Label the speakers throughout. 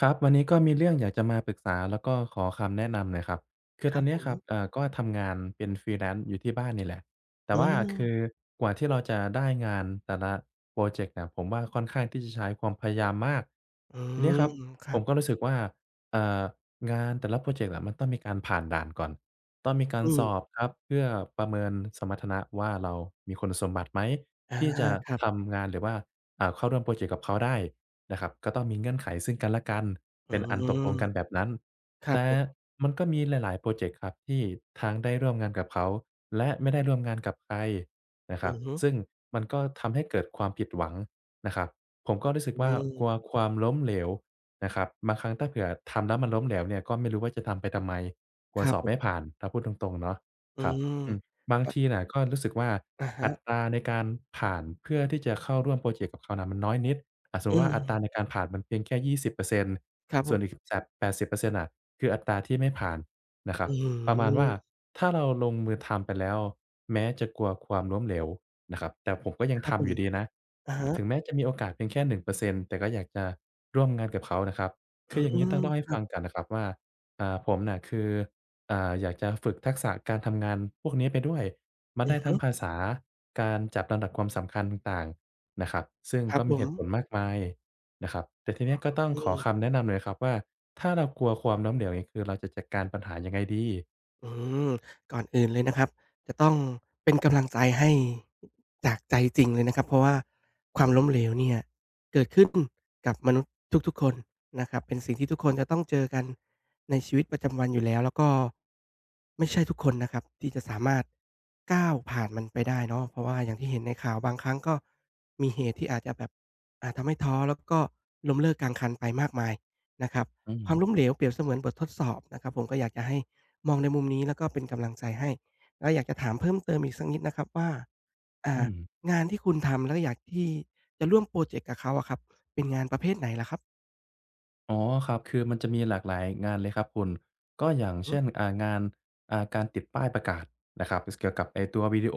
Speaker 1: ครับวันนี้ก็มีเรื่องอยากจะมาปรึกษาแล้วก็ขอคำแนะนำหน่อยครับคื
Speaker 2: ค
Speaker 1: อต
Speaker 2: รั
Speaker 1: อ
Speaker 2: บ
Speaker 1: น
Speaker 2: ผ
Speaker 1: เนี้ยครับ
Speaker 2: ม
Speaker 1: ก็ทำงานเป็น Freelance อยู่ที่บ้านนี่แหละแต่
Speaker 2: อื
Speaker 1: ว่า
Speaker 2: ม
Speaker 1: คือกว่าที่เราจะได้งานแต่ละพรอเจกต์เนี่ยผมว่าค่อนข้างที่จะใช้ความพยายามมาก
Speaker 2: อื
Speaker 1: ทีเนี้ยค
Speaker 2: ม
Speaker 1: รับ
Speaker 2: ครั
Speaker 1: ผ
Speaker 2: บ
Speaker 1: มก็รู้สึกว่าเอ่องานแต่ละพรอเจกต์อะมันต้องมีการผ่านด่านก่อนต้องมีการ
Speaker 2: อื
Speaker 1: สอ
Speaker 2: ม
Speaker 1: บครับเพื่อประเมินสมรรถนะว่าเรามีคุณสมบัติไหม
Speaker 2: อา
Speaker 1: ที่จะ
Speaker 2: ครับ
Speaker 1: ทำงานหรือว่าเข้าร่วมพรอเจกต์กับเขาได้นะครับก็ต้องมีเงื่อนไขซึ่งกันและกัน
Speaker 2: อื
Speaker 1: เป็นอันต
Speaker 2: ม
Speaker 1: กลงกันแบบนั้น
Speaker 2: ครับ
Speaker 1: แต่
Speaker 2: ผม
Speaker 1: มันก็มีหลายๆพรอเจกต์ครับที่ทั้งได้ร่วมงานกับเขาและไม่ได้ร่วมงานกับใครนะค
Speaker 2: อื
Speaker 1: รับ
Speaker 2: อฮึ
Speaker 1: ซึ่งมันก็ทำให้เกิดความผิดหวังนะครับผมก็รู้สึก
Speaker 2: อื
Speaker 1: ว่า
Speaker 2: ม
Speaker 1: กลัวความล้มเหลวนะครับบางครั้งถ้าเผื่อทำแล้วมันล้มเหลวเนี่ยก็ไม่รู้ว่าจะทำไปทำไมก
Speaker 2: ค
Speaker 1: ลัว
Speaker 2: รั
Speaker 1: ส
Speaker 2: บ
Speaker 1: อบ
Speaker 2: ผ
Speaker 1: ไม่
Speaker 2: ม
Speaker 1: ผ่านถ้าพูดตรงๆเนาะ
Speaker 2: อื
Speaker 1: ครับ
Speaker 2: ม
Speaker 1: อืม บาง
Speaker 2: อ
Speaker 1: ทีน่ะก็รู้สึกว่า
Speaker 2: อะ
Speaker 1: อั
Speaker 2: ฮะ
Speaker 1: ตราในการผ่านเพื่อที่จะเข้าร่วมพรอเจกต์กับเขาน่ะมันน้อยนิดอะสมมุ
Speaker 2: อื
Speaker 1: ติว่าอัตราใน
Speaker 2: ม
Speaker 1: การผ่านมันเพียงแค่20%
Speaker 2: ครับผ
Speaker 1: ส่วนอีก
Speaker 2: ม
Speaker 1: แสบ80%น่ะคืออัตราที่ไม่ผ่านนะครับ
Speaker 2: อื้อฮื
Speaker 1: ประมาณ
Speaker 2: อ
Speaker 1: ว่าถ้าเราลงมือทำไปแล้วแม้จะกลัวความล้มเหลวนะครับแต่ผมก็ยั
Speaker 2: ค
Speaker 1: ง
Speaker 2: รับผ
Speaker 1: ทำอ
Speaker 2: ม
Speaker 1: ยู่ดีนะ
Speaker 2: อะฮะ
Speaker 1: ถึงแม้จะมีโอกาสเพียงแค่1%แต่ก็อยากจะร่วมงานกับเขานะครับ
Speaker 2: อื
Speaker 1: คืออย่างงี้
Speaker 2: ม
Speaker 1: ต้องเล่า
Speaker 2: ค
Speaker 1: ให้
Speaker 2: รั
Speaker 1: ฟั
Speaker 2: บ
Speaker 1: งก่อนนะครับว่าผมน่ะคือ อยากจะฝึกทักษะการทำงานพวกนี้ไปด้วยมัน
Speaker 2: อื
Speaker 1: ได้ทั้
Speaker 2: อ
Speaker 1: งภาษาการจัดลำดับความสำคัญต่างๆนะครับซึ่ง
Speaker 2: ครับ
Speaker 1: ก็
Speaker 2: ผ
Speaker 1: มี
Speaker 2: ม
Speaker 1: เหตุผลมากมายนะครับแต่ทีเนี้ยก็ต้อง
Speaker 2: อื
Speaker 1: ขอ
Speaker 2: ม
Speaker 1: คำแนะนำหน่อยครับว่าถ้าเรากลัวความล้มเหลวเนี่ยคือเราจะจัดการปัญหายังไงดี
Speaker 2: อืมก่อนอื่นเลยนะครับจะต้องเป็นกำลังใจให้จากใจจริงเลยนะครับเพราะว่าความล้มเหลวเนี่ยเกิดขึ้นกับมนุษย์ทุกๆคนนะครับเป็นสิ่งที่ทุกคนจะต้องเจอกันในชีวิตประจำวันอยู่แล้วแล้วก็ไม่ใช่ทุกคนนะครับที่จะสามารถก้าวผ่านมันไปได้เนาะเพราะว่าอย่างที่เห็นในข่าวบางครั้งก็มีเหตุที่อาจจะแบบทำให้ท้อแล้วก็ล้มเลิกกลางคันไปมากมายนะครับ
Speaker 1: อืม
Speaker 2: ความล้มเหลวเปรียบเสมือนบททดสอบนะครับผมก็อยากจะให้ มองในมุมนี้แล้วก็เป็นกำลังใจให้แล้วอยากจะถามเพิ่มเติมอีกสักนิดนะครับว่าอ่า
Speaker 1: อืม
Speaker 2: งานที่คุณทำแล้วอยากที่จะร่วมพรอเจกต์กับเขาอะครับเป็นงานประเภทไหนล่ะครับ
Speaker 1: อ๋อครับคือมันจะมีหลากหลายงานเลยครับคุณก็อย่าง
Speaker 2: หือ
Speaker 1: เช่นงานการติดป้ายประกาศนะครับสเกี่ยวกับไอ้ตัววิดีโอ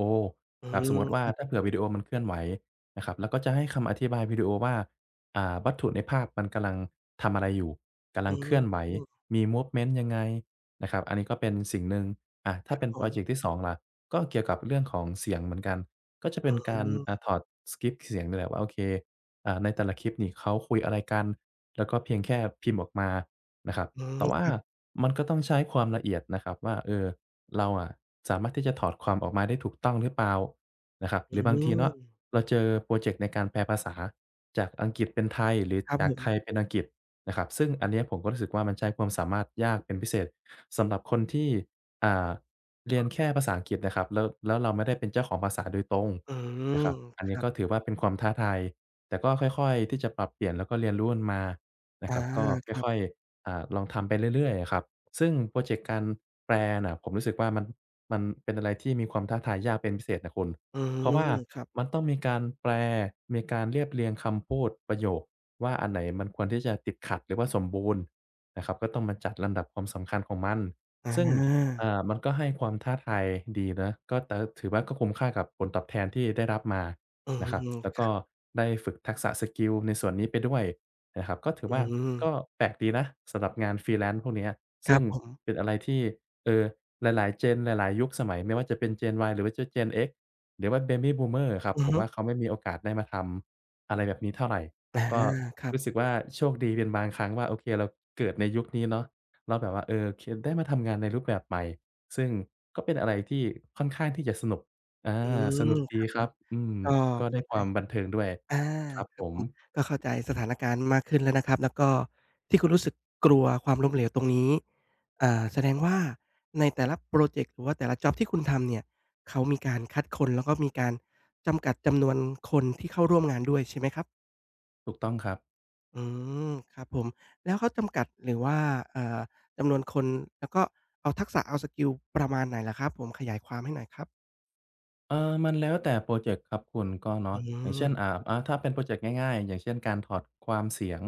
Speaker 2: อื
Speaker 1: ครับสมมติว่า
Speaker 2: ม
Speaker 1: ถ้าเผื่อวิดีโอมันเคลื่อนไหวนะครับแล้วก็จะให้คำอธิบายวิดีโอว่าวัตถุในภาพมันกำลังทำอะไรอยู่กำ
Speaker 2: อื
Speaker 1: ลังเคลื่อนไหว
Speaker 2: ม
Speaker 1: มีมูฟเมนต์ยังไงนะครับอันนี้ก็เป็นสิ่งหนึ่ง
Speaker 2: ค
Speaker 1: ถ้า
Speaker 2: รั
Speaker 1: เป็
Speaker 2: บ
Speaker 1: น
Speaker 2: ผ
Speaker 1: พรอเจกต์
Speaker 2: ม
Speaker 1: ที่สองล่ะก็เกี่ยวกับเรื่องของเสียงเหมือนกันก็จะเป็
Speaker 2: อื
Speaker 1: นการ
Speaker 2: ม
Speaker 1: ถอดสกริปต์เสียงนี่แหละว่าโอเค ในแต่ละคลิปนี่เขาคุยอะไรกันแล้วก็เพียงแค่พิมพ์ออกมานะครับ
Speaker 2: อืม
Speaker 1: แต่
Speaker 2: ค
Speaker 1: ว่า
Speaker 2: รับ
Speaker 1: มันก็ต้องใช้ความละเอียดนะครับว่าเราอะสามารถที่จะถอดความออกมาได้ถูกต้องหรือเปล่านะครับ
Speaker 2: อื
Speaker 1: หรือบางที
Speaker 2: ม
Speaker 1: เนาะเราเจอพรอเจกต์ในการแปลภาษาจากอังกฤษเป็นไทยหรือ
Speaker 2: ครับผ
Speaker 1: จากไทย
Speaker 2: ม
Speaker 1: เป็นอังกฤษนะครับซึ่งอันเนี้ยผมก็รู้สึกว่ามันใช้ความสามารถยากเป็นพิเศษสำหรับคนที่อ่าเรียนแค่ภาษาอังกฤษนะครับแล้วเราไม่ได้เป็นเจ้าของภาษาโดยตรง
Speaker 2: อืม
Speaker 1: นะครับอัน
Speaker 2: ค
Speaker 1: นี้
Speaker 2: รับ
Speaker 1: ก็ถือว่าเป็นความท้าทาย แต่ก็ค่อยๆที่จะปรับเปลี่ยนแล้วก็เรียนรู้มันมานะ
Speaker 2: อา
Speaker 1: ครับก็
Speaker 2: ครับ
Speaker 1: ค่อยๆลองทำไปเรื่อยๆอะครับซึ่งพรอเจกต์การแปลน่ะผมรู้สึกว่ามันเป็นอะไรที่มีความท้าทายยากเป็นพิเศษนะคุณ
Speaker 2: อื
Speaker 1: เพราะว่า
Speaker 2: มครับ
Speaker 1: มันต้องมีการแปลมีการเรียบเรียงคำพูดประโยคว่าอันไหนมันควรที่จะติดขัดหรือว่าสมบูรณ์นะครับก็ต้องมาจัดลำดับความสำคัญของมัน
Speaker 2: อา
Speaker 1: ซึ่งมันก็ให้ความท้าทายดีนะก็แต่ถือว่าก็คุ้มค่ากับผลตอบแทนที่ได้รับมา
Speaker 2: อื
Speaker 1: นะครับแล้ว
Speaker 2: ม
Speaker 1: ก็ได้ฝึกทักษะสกิลในส่วนนี้ไปด้วยนะครับก็ถือ
Speaker 2: อื
Speaker 1: ว่า
Speaker 2: ม
Speaker 1: ก็แปลกดีนะสำหรับงาน Freelance พวกเนี้ย
Speaker 2: ครั
Speaker 1: ซึ่
Speaker 2: บ
Speaker 1: ง
Speaker 2: ผม
Speaker 1: เป็นอะไรที่เอ่อหลายๆ gen หลายๆยุคสมัยไม่ว่าจะเป็น Gen Y หรือว่าจะ Gen X หรือว่า Baby Boomer อะครับ
Speaker 2: อือ
Speaker 1: ผม
Speaker 2: ฮึ
Speaker 1: ว่าเขาไม่มีโอกาสได้มาทำอะไรแบบนี้เท่าไร
Speaker 2: อา
Speaker 1: ก็
Speaker 2: ครับ
Speaker 1: รู้สึกว่าโชคดีเป็นบางครั้งว่าโอเคเราเกิดในยุคนี้เนาะแล้วแบบว่าเออเคได้มาทำงานในรูปแบบใหม่ซึ่งก็เป็นอะไรที่ค่อนข้างที่จะสนุก อา
Speaker 2: อื
Speaker 1: ส
Speaker 2: ม
Speaker 1: นุก
Speaker 2: ค
Speaker 1: ดี
Speaker 2: รับ
Speaker 1: ค
Speaker 2: ผม
Speaker 1: รับอืม
Speaker 2: ก็
Speaker 1: ก็ได้
Speaker 2: เข้า
Speaker 1: ค
Speaker 2: ใจ
Speaker 1: วามบันเทิงด้วย
Speaker 2: อา
Speaker 1: ครับ
Speaker 2: ค
Speaker 1: ผ
Speaker 2: รับผ
Speaker 1: ม
Speaker 2: มก็เข้าใจสถานการณ์มากขึ้นแล้วนะครับแล้วก็ที่คุณรู้สึกกลัวความล้มเหลวตรงนี้แสดงว่าในแต่ละพรอเจกต์หรือว่าแต่ละจ็อบที่คุณทำเนี่ยเขามีการคัดคนแล้วก็มีการจำกัดจำนวนคนที่เข้าร่วมงานด้วยใช่ไหมครับ
Speaker 1: ถูกต้องครับ
Speaker 2: อืมครับผมแล้วเขาจำกัดหรือว่าเอ่อจำนวนคนแล้วก็เอาทักษะเอาสกิลประมาณไหนเหรอครับผมขยายความให้หน่อยครับ
Speaker 1: เออมันแล้วแต่โปรเจกต์ครับคุณก็
Speaker 2: อื
Speaker 1: เนาะอย่าง
Speaker 2: ม
Speaker 1: เช่นอ่าอาถ้าเป็นโพรเจกต์ง่ายๆอย่างเช่นการถอดความเสียง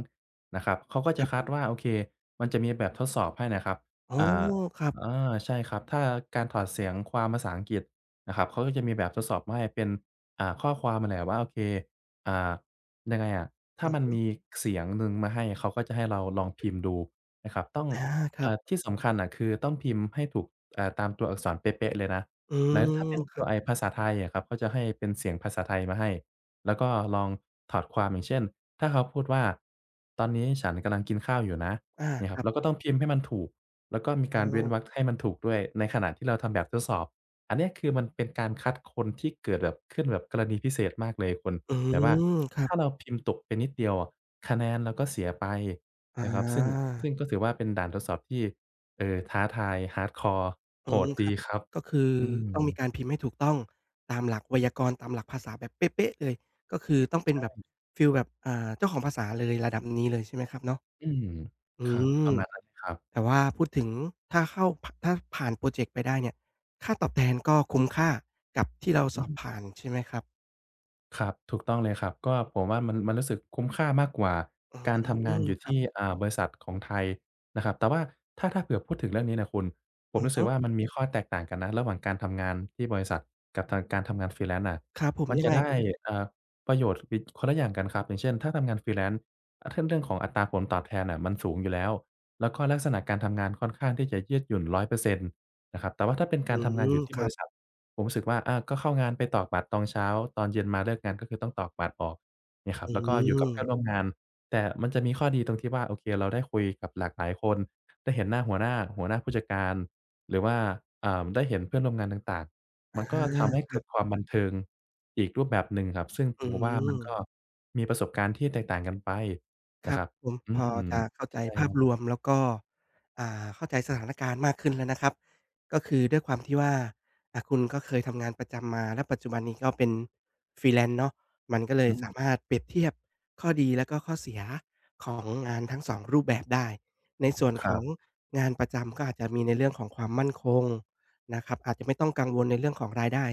Speaker 1: นะครับเขาก็
Speaker 2: ค
Speaker 1: จะ
Speaker 2: รับผ
Speaker 1: คัดว่า
Speaker 2: ม
Speaker 1: โอเคมันจะมีแบบทดสอบให้นะครับ
Speaker 2: อ๋อ
Speaker 1: อ่า
Speaker 2: ครับ
Speaker 1: อาใช่ครับถ้าการถอดเสียงความภาษาอังกฤษนะครับเขาก็จะมีแบบทดสอบมาให้เป็นข้อความมาแหละว่าโอเคอ่ายังไงอะถ้ามัน
Speaker 2: อืม
Speaker 1: มีเสียงหนึ่งมาให้เขาก็จะให้เราลองพิมพ์ดูนะครับต้อง
Speaker 2: อาครับ
Speaker 1: ที่สำคัญอะคือต้องพิมพ์ให้ถูกตามตัวอักษรเป๊ะๆเลยนะ
Speaker 2: อื
Speaker 1: แล้วถ้า
Speaker 2: ม
Speaker 1: เป็น
Speaker 2: ครั
Speaker 1: ตัว
Speaker 2: บ
Speaker 1: ไอภาษาไทยอะครับเขาจะให้เป็นเสียงภาษาไทยมาให้แล้วก็ลองถอดความอย่างเช่นถ้าเขาพูดว่าตอนนี้ฉันกำลังกินข้าวอยู่นะ
Speaker 2: อา
Speaker 1: เนี่ยค
Speaker 2: ค
Speaker 1: รั
Speaker 2: รั
Speaker 1: บเราก็
Speaker 2: บ
Speaker 1: ต้องพิมพ์ให้มันถูกแล้วก็มี
Speaker 2: อ๋อ
Speaker 1: การเว้นวรรคให้มันถูกด้วยในขณะที่เราทำแบบทดสอบอันเนี้ยคือมันเป็นการคัดคนที่เกิดแบบขึ้นแบบกรณีพิเศษมากเลยคุณ
Speaker 2: อื
Speaker 1: แบบว่า
Speaker 2: มครั
Speaker 1: ถ้า
Speaker 2: บ
Speaker 1: เราพิมพ์ตกไปนิดเดียวอะคะแนนเราก็เสียไป
Speaker 2: อา
Speaker 1: นะครับซึ่งก็ถือว่าเป็นด่านทดสอบที่ท้าทายฮาร์ดคอร์
Speaker 2: อื
Speaker 1: โห
Speaker 2: ม
Speaker 1: ด
Speaker 2: ค
Speaker 1: ดี
Speaker 2: รับ
Speaker 1: ครับ
Speaker 2: ก็คือ
Speaker 1: อื
Speaker 2: ต้
Speaker 1: ม
Speaker 2: องมีการพิมพ์ให้ถูกต้องตามหลักไวยากรณ์ตามหลักภาษาแบบเป๊ะๆเลยก็คือต้องเป็นแบบ
Speaker 1: ใช่
Speaker 2: ฟีลแบบเจ้าของภาษาเลยระดับนี้เลยใช่ไหมครับเนาะ
Speaker 1: อืมค
Speaker 2: อื
Speaker 1: รับป
Speaker 2: ม
Speaker 1: ระมาณนั้นเลยครับ
Speaker 2: แต่ว่าพูดถึงถ้าผ่านพรอเจกต์ไปได้เนี่ยค่าตอบแทนก็คุ้มค่ากับที่เราส
Speaker 1: อื
Speaker 2: อบผ่า
Speaker 1: ม
Speaker 2: นใช่ไหมครับ
Speaker 1: ครับถูกต้องเลยครับก็ผมว่ามันรู้สึกคุ้มค่ามากกว่า
Speaker 2: อ
Speaker 1: การ
Speaker 2: ื
Speaker 1: ทำงาน
Speaker 2: ม
Speaker 1: อยู่
Speaker 2: ครับ
Speaker 1: ที่บริษัทของไทยนะครับแต่ว่าถ้าเผื่อพูดถึงเรื่องนี้น่ะคุณผ
Speaker 2: อื
Speaker 1: ม
Speaker 2: อ
Speaker 1: รู้สึ
Speaker 2: ฮึ
Speaker 1: กว่ามันมีข้อแตกต่างกันนะระหว่างการทำงานที่บริษัทกับทางการทำงาน Freelance น่ะ
Speaker 2: ครับผม
Speaker 1: มัน
Speaker 2: ยัง
Speaker 1: จะ
Speaker 2: ไง
Speaker 1: ได้เอ่อประโยชน์อีกคนละอย่างกันครับอย่างเช่นถ้าทำงาน Freelance ถ้าเรื่องของอัตราผลตอบแทนน่ะมันสูงอยู่แล้วแล้วก็ลักษณะการทำงานค่อนข้างที่จะยืดหยุ่น100%นะครับแต่ว่าถ้าเป็นกา
Speaker 2: อื
Speaker 1: รทำงานอ
Speaker 2: ม
Speaker 1: ยู่ที่
Speaker 2: ค
Speaker 1: บ
Speaker 2: รับ
Speaker 1: ริษัท ผมรู้สึกว่าอาก็เข้างานไปตอกบัตรตอนเช้าตอนเย็นมาเลิกงานก็คือต้องตอกบัตรออกเนี่ยครับ
Speaker 2: อื
Speaker 1: แล้วก็อยู่กับ
Speaker 2: ม
Speaker 1: เพื่อนร่วมมงานแต่มันจะมีข้อดีตรงที่ว่าโอเคเราได้คุยกับหลากหลายคนได้เห็นหน้าหัวหน้าผู้จัดการหรือว่าได้เห็นเพื่อนร่วมงานต่างๆ
Speaker 2: อา
Speaker 1: มันก็ทำให้
Speaker 2: ครั
Speaker 1: เกิดค
Speaker 2: บ
Speaker 1: วามบันเทิงอีกรูปแบบหนึ่งครับซึ่งผ
Speaker 2: อื
Speaker 1: มก็ว่ามัน
Speaker 2: ม
Speaker 1: ก็มีประสบการณ์ที่แตกต่างกันไป
Speaker 2: ค
Speaker 1: นะ
Speaker 2: รั
Speaker 1: ค
Speaker 2: บ
Speaker 1: รับ
Speaker 2: ผม
Speaker 1: อื
Speaker 2: พอ
Speaker 1: ม
Speaker 2: จะเข้าใจ
Speaker 1: ใช่
Speaker 2: ภา
Speaker 1: ค
Speaker 2: พ
Speaker 1: รั
Speaker 2: รว
Speaker 1: บ
Speaker 2: มแล้วก็เข้าใจสถานการณ์มากขึ้นแล้วนะครับก็คือด้วยความที่ว่าคุณก็เคยทำงานประจำมาและปัจจุบันนี้ก็เป็น freelance เนาะมันก็เลย
Speaker 1: อืม
Speaker 2: สามารถเปรียบเทียบข้อดีและก็ข้อเสียของงานทั้งสองรูปแบบได้ในส่วน
Speaker 1: ค
Speaker 2: ข
Speaker 1: รั
Speaker 2: อง
Speaker 1: บ
Speaker 2: งานประจำก็อาจจะมีในเรื่องของความมั่นคงนะครับอาจจะไม่ต้องกังวลในเรื่องของรายได้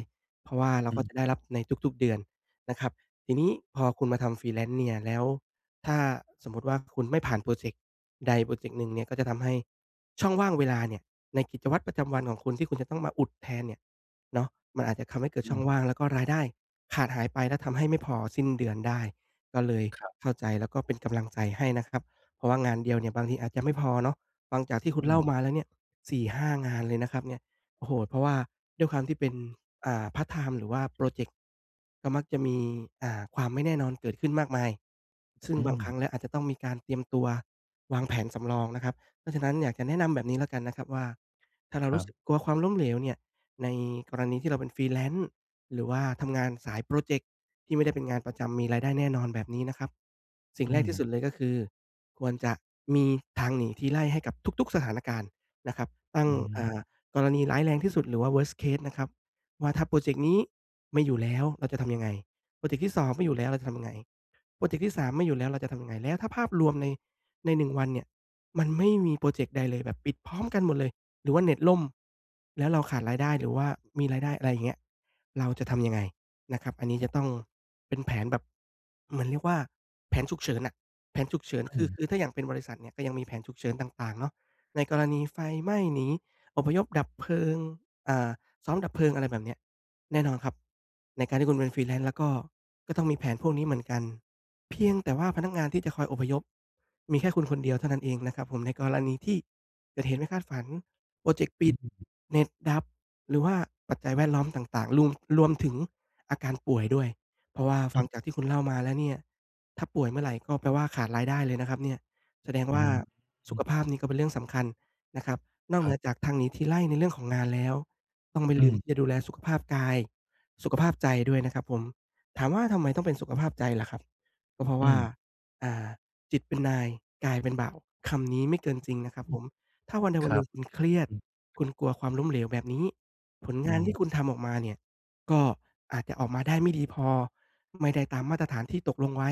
Speaker 2: เพราะว่าเรา
Speaker 1: อื
Speaker 2: ก็จะได้รับในทุกๆเดือนนะครับทีนี้พอคุณมาทำ freelance เนี่ยแล้ว ถ้าสมมุติว่าคุณไม่ผ่านพรอเจกต์ใดพรอเจกต์หนึ่งเนี่ยก็จะทำให้ช่องว่างเวลาเนี่ยในกิจวัตรประจำวันของคุณที่คุณจะต้องมาอุดแทนเนี่ยเนาะมันอาจจะทำให้เกิด
Speaker 1: ม
Speaker 2: ช่องว่าง
Speaker 1: ๆ
Speaker 2: แล้วก็รายได้ขาดหายไปและทำให้ไม่พอสิ้นเดือนได้ก็เลยเข้าใจแล้วก็เป็นกำลังใจให้นะครับเพราะว่างานเดียวเนี่ยบางทีอาจจะไม่พอเนาะฟังจากที่คุณเล่ามา
Speaker 1: ๆ
Speaker 2: แล้วเนี่ยสี่ห้างานเลยนะครับเนี่ยโอ้โฮเพราะว่าด้วยความที่เป็น พาร์ตไทม์หรือว่าโปรเจกต์ก็มักจะมีความไม่แน่นอนเกิดขึ้นมากมายซึ่ง
Speaker 1: อื
Speaker 2: บาง
Speaker 1: ม
Speaker 2: ครั้งแล้วอาจจะต้องมีการเตรียมตัววางแผนสำรองนะครับเพราะฉะนั้นอยากจะแนะนำแบบนี้แล้วกันนะครับว่าถ้าเรา
Speaker 1: ครั
Speaker 2: รู้สึก
Speaker 1: บ
Speaker 2: กลัวความล้มเหลวเนี่ยในกรณีที่เราเป็น Freelance หรือว่าทำงานสายโปรเจกต์ที่ไม่ได้เป็นงานประจำมีรายได้แน่นอนแบบนี้นะครับสิ่งแร
Speaker 1: อื
Speaker 2: ก
Speaker 1: ม
Speaker 2: ที่สุดเลยก็คือควรจะมีทางหนีทีไล่ให้กับทุกๆสถานการณ์นะครับตั้ง
Speaker 1: อื
Speaker 2: อ่า
Speaker 1: ม
Speaker 2: กรณีร้ายแรงที่สุดหรือว่า worst case นะครับ ว่าถ้าพรอเจกต์นี้ไม่อยู่แล้วเราจะทำยังไงพรอเจกต์ที่2ไม่อยู่แล้วเราจะทำยังไง พรอเจกต์ที่สามไม่อยู่แล้วเราจะทำยังไงแล้วถ้าภาพรวมใน1วันเนี่ยมันไม่มีพรอเจกต์ใดเลยแบบปิดพร้อมกันหมดเลยหรือว่าเน็ตล่มแล้วเราขาดรายได้หรือว่ามีรายได้อะไรอย่างเงี้ยเราจะทำยังไงนะครับอันนี้จะต้องเป็นแผนแบบมันเรียกว่าแผนฉุกเฉินน่ะแผนฉุกเฉิน
Speaker 1: อื
Speaker 2: คือ
Speaker 1: ม
Speaker 2: คือถ้าอย่างเป็นบริษัทเนี่ยก็ยังมีแผนฉุกเฉินต่างๆเนาะในกรณีไฟไหม้หนีอพยพดับเพลิงอ่าซ้อมดับเพลิงอะไรแบบเนี้ยแน่นอนครับในการที่คุณเป็น Freelance แล้วก็ต้องมีแผนพวกนี้เหมือนกัน เพียงแต่ว่าพนักงานที่จะคอยอพยพมีแค่คุณคนเดียวเท่านั้นเองนะครับผมในกรณีที่เกิดเหตุไม่คาดฝันพรอเจกต์ปิ
Speaker 1: อ
Speaker 2: ด
Speaker 1: ื
Speaker 2: เน็ตดับหรือว่าปัจจัยแวดล้อมต่างๆรวมถึงอาการป่วยด้วยเพราะว่าฟังจาก
Speaker 1: ม
Speaker 2: ที่คุณเล่ามาแล้วเนี่ยถ้าป่วยเมื่อไหร่ก็แปลว่าขาดรายได้เลยนะครับเนี่ยแสดง
Speaker 1: อื
Speaker 2: ว่า
Speaker 1: มอื
Speaker 2: สุข
Speaker 1: ม
Speaker 2: ภาพนี่ก็เป็นเรื่องสำคัญนะครับนอก
Speaker 1: ค
Speaker 2: เหนื
Speaker 1: รั
Speaker 2: อจา
Speaker 1: บ
Speaker 2: กทางหนีทีไล่ในเรื่องของงานแล้วต้องไม่
Speaker 1: อื
Speaker 2: ลืมที่
Speaker 1: ม
Speaker 2: จะดูแลสุขภาพกายสุขภาพใจด้วยนะครับผมถามว่าทำไมต้องเป็นสุขภาพใจล่ะครับ ก็เพราะ
Speaker 1: อื
Speaker 2: ว่า
Speaker 1: ม
Speaker 2: อ่าจิตเป็นนายกายเป็นบ่าวคำนี้ไม่เกินจริงนะครับผมถ้าวันใด
Speaker 1: ค
Speaker 2: วันห
Speaker 1: รั
Speaker 2: นึ่
Speaker 1: บ
Speaker 2: งคุณเครียด
Speaker 1: อืม
Speaker 2: คุณกลัวความล้มเหลวแบบนี้ผล
Speaker 1: อื
Speaker 2: งานที่คุณ
Speaker 1: ม
Speaker 2: ทำออกมาเนี่ยก็อาจจะออกมาได้ไม่ดีพอไม่ได้ตามมาตรฐานที่ตกลงไว้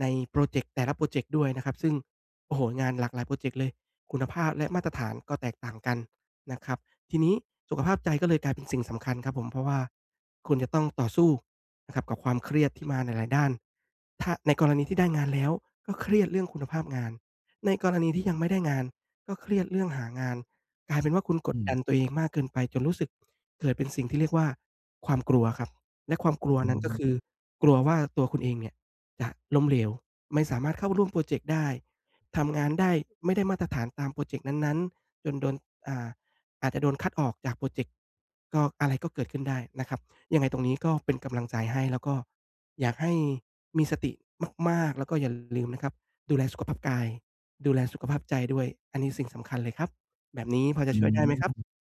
Speaker 2: ในพรอเจกต์แต่ละพรอเจกต์ด้วยนะครับซึ่งโอ้โฮงานหลากหลายพรอเจกต์เลยคุณภาพและมาตรฐานก็แตกต่างกันนะครับทีนี้สุขภาพใจก็เลยกลายเป็นสิ่งสำคัญครับผมเพราะว่าคุณจะต้องต่อสู้ นะครับกับความเครียดที่มาในหลายด้านถ้าในกรณีที่ได้งานแล้วก็เครียดเรื่องคุณภาพงานในกรณีที่ยังไม่ได้งานก็เครียดเรื่องหางานกลายเป็นว่าคุณกดดันตัวเองมากเกินไปจนรู้สึกเกิดเป็นสิ่งที่เรียกว่าความกลัวครับและความกลัว
Speaker 1: อื
Speaker 2: นั้นก็คือ
Speaker 1: ม
Speaker 2: กลัวว่าตัวคุณเองเนี่ยจะล้มเหลวไม่สามารถเข้าร่วมพรอเจกต์ได้ทำงานได้ไม่ได้มาตรฐานตามพรอเจกต์นั้นๆจนโดนอ่าอาจจะโดนคัดออกจากพรอเจกต์ก็อะไรก็เกิดขึ้นได้นะครับ ยังไงตรงนี้ก็เป็นกำลังใจให้แล้วก็อยากให้มีสติมากๆแล้วก็อย่าลืมนะครับดูแลสุขภาพกายดูแลสุขภาพใจด้วยอันนี้สิ่งสำคัญเลยครับแบบนี้พอจะ
Speaker 1: อื
Speaker 2: ช่วยได้ไหมครับ
Speaker 1: ม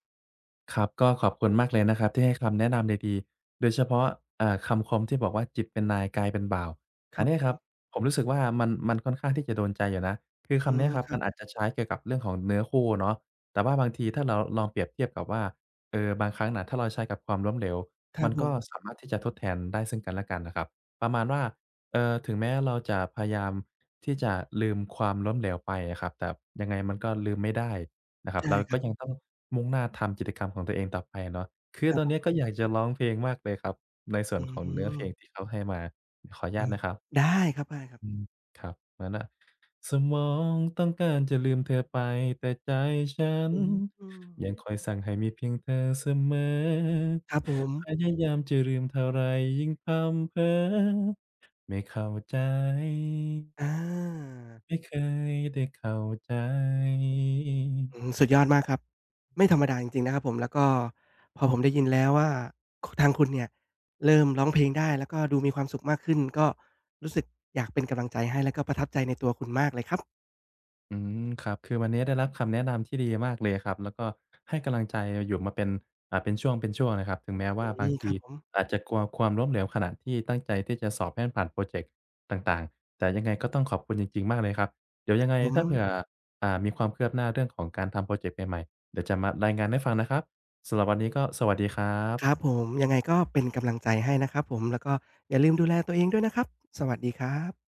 Speaker 1: ครับก็ขอบคุณมากเลยนะครับที่ให้คำแนะนำดีๆโดยเฉพาะคำคมที่บอกว่าจิตเป็นนายกายเป็นบ่าว
Speaker 2: ค
Speaker 1: อั
Speaker 2: รั
Speaker 1: น
Speaker 2: บ
Speaker 1: เนี้
Speaker 2: ผ
Speaker 1: ยครับ
Speaker 2: ม
Speaker 1: ผมรู้สึกว่ามันค่อนข้างที่จะโดนใจอยู่นะคือ
Speaker 2: อื
Speaker 1: คำเนี้
Speaker 2: ม
Speaker 1: ยครั
Speaker 2: ค
Speaker 1: บ
Speaker 2: รั
Speaker 1: มั
Speaker 2: บ
Speaker 1: นอาจจะใช้เกี่ยวกับเรื่องของเนื้อคู่เนาะแต่ว่าบางทีถ้าเราลองเปรียบเทียบกับว่าบางครั้งน่ะถ้าเราใช้กับความล้มเหลว
Speaker 2: ครั
Speaker 1: มั
Speaker 2: บ
Speaker 1: น
Speaker 2: ผ
Speaker 1: ก็
Speaker 2: ม
Speaker 1: สามารถที่จะทดแทนได้ซึ่งกันและกันน่ะครับประมาณว่าถึงแม้เราจะพยายามที่จะลืมความล้มเหลวไปอะครับแต่ยังไงมันก็ลืมไม่ได้ นะครับ
Speaker 2: ใช่
Speaker 1: เรา
Speaker 2: ครั
Speaker 1: ก็ยั
Speaker 2: บ
Speaker 1: งต้องมุ่งหน้าทำกิจกรรมของตัวเองต่อไปเนาะคือ
Speaker 2: ครั
Speaker 1: ตอนเนี้ย
Speaker 2: บ
Speaker 1: ก็อยากจะร้องเพลงมากเลยครับในส่ว
Speaker 2: อื
Speaker 1: นของเนื้อเพลง
Speaker 2: ม
Speaker 1: ที่เขาให้มาขออนุ
Speaker 2: เอ
Speaker 1: ญาต
Speaker 2: อ
Speaker 1: นะครับ
Speaker 2: ได้ครับได้ครั
Speaker 1: อืม
Speaker 2: บ
Speaker 1: ครับนั้นน่ะสมองต้องการจะลืมเธอไปแต่ใจฉัน
Speaker 2: อืม
Speaker 1: ยังคอยสั่งให้มีเพียงเธอเสมอ
Speaker 2: ครับผม
Speaker 1: พยายามจะลืมเท่าไรยิ่งพร่ำเพ้อไม่เข้าใจ
Speaker 2: อา
Speaker 1: ไม่เคยได้เข้าใจ
Speaker 2: อืมสุดยอดมากครับไม่ธรรมดาจริงๆนะครับผมแล้วก็พอผมได้ยินแล้วว่าคทางคุณเนี่ยเริ่มร้องเพลงได้แล้วก็ดูมีความสุขมากขึ้นก็รู้สึกอยากเป็นกำลังใจให้แล้วก็ประทับใจในตัวคุณมากเลยครับ
Speaker 1: อืมครับคือวันนี้ได้รับคำแนะนำที่ดีมากเลยครับแล้วก็ให้กำลังใจอยู่มาเป็นเป็นช่วงเป็นช่วงเลยครับถึงแม้
Speaker 2: อ
Speaker 1: ว่า
Speaker 2: ื
Speaker 1: บาง
Speaker 2: มค
Speaker 1: ที
Speaker 2: รับผม
Speaker 1: อาจจะกลัวความล้มเหลวขณะที่ตั้งใจที่จะสอบให้มันผ่านพรอเจกต์ต่างๆแต่ยังไงก็ต้องขอบคุณจริงๆมากเลยครับเดี๋ยวยังไง
Speaker 2: ผม
Speaker 1: ถ้าเผื่อมีความคืบหน้าเรื่องของการทำพรอเจกต์ใหม่ๆเดี๋ยวจะมารายงานให้ฟังนะครับสำหรับวันนี้ก็สวัสดีครั
Speaker 2: ครับ
Speaker 1: บ
Speaker 2: ผมยังไงก็เป็นกำลังใจให้นะครับผมแล้วก็อย่าลืมดูแลตัวเองด้วยนะครับสวัสดีครับ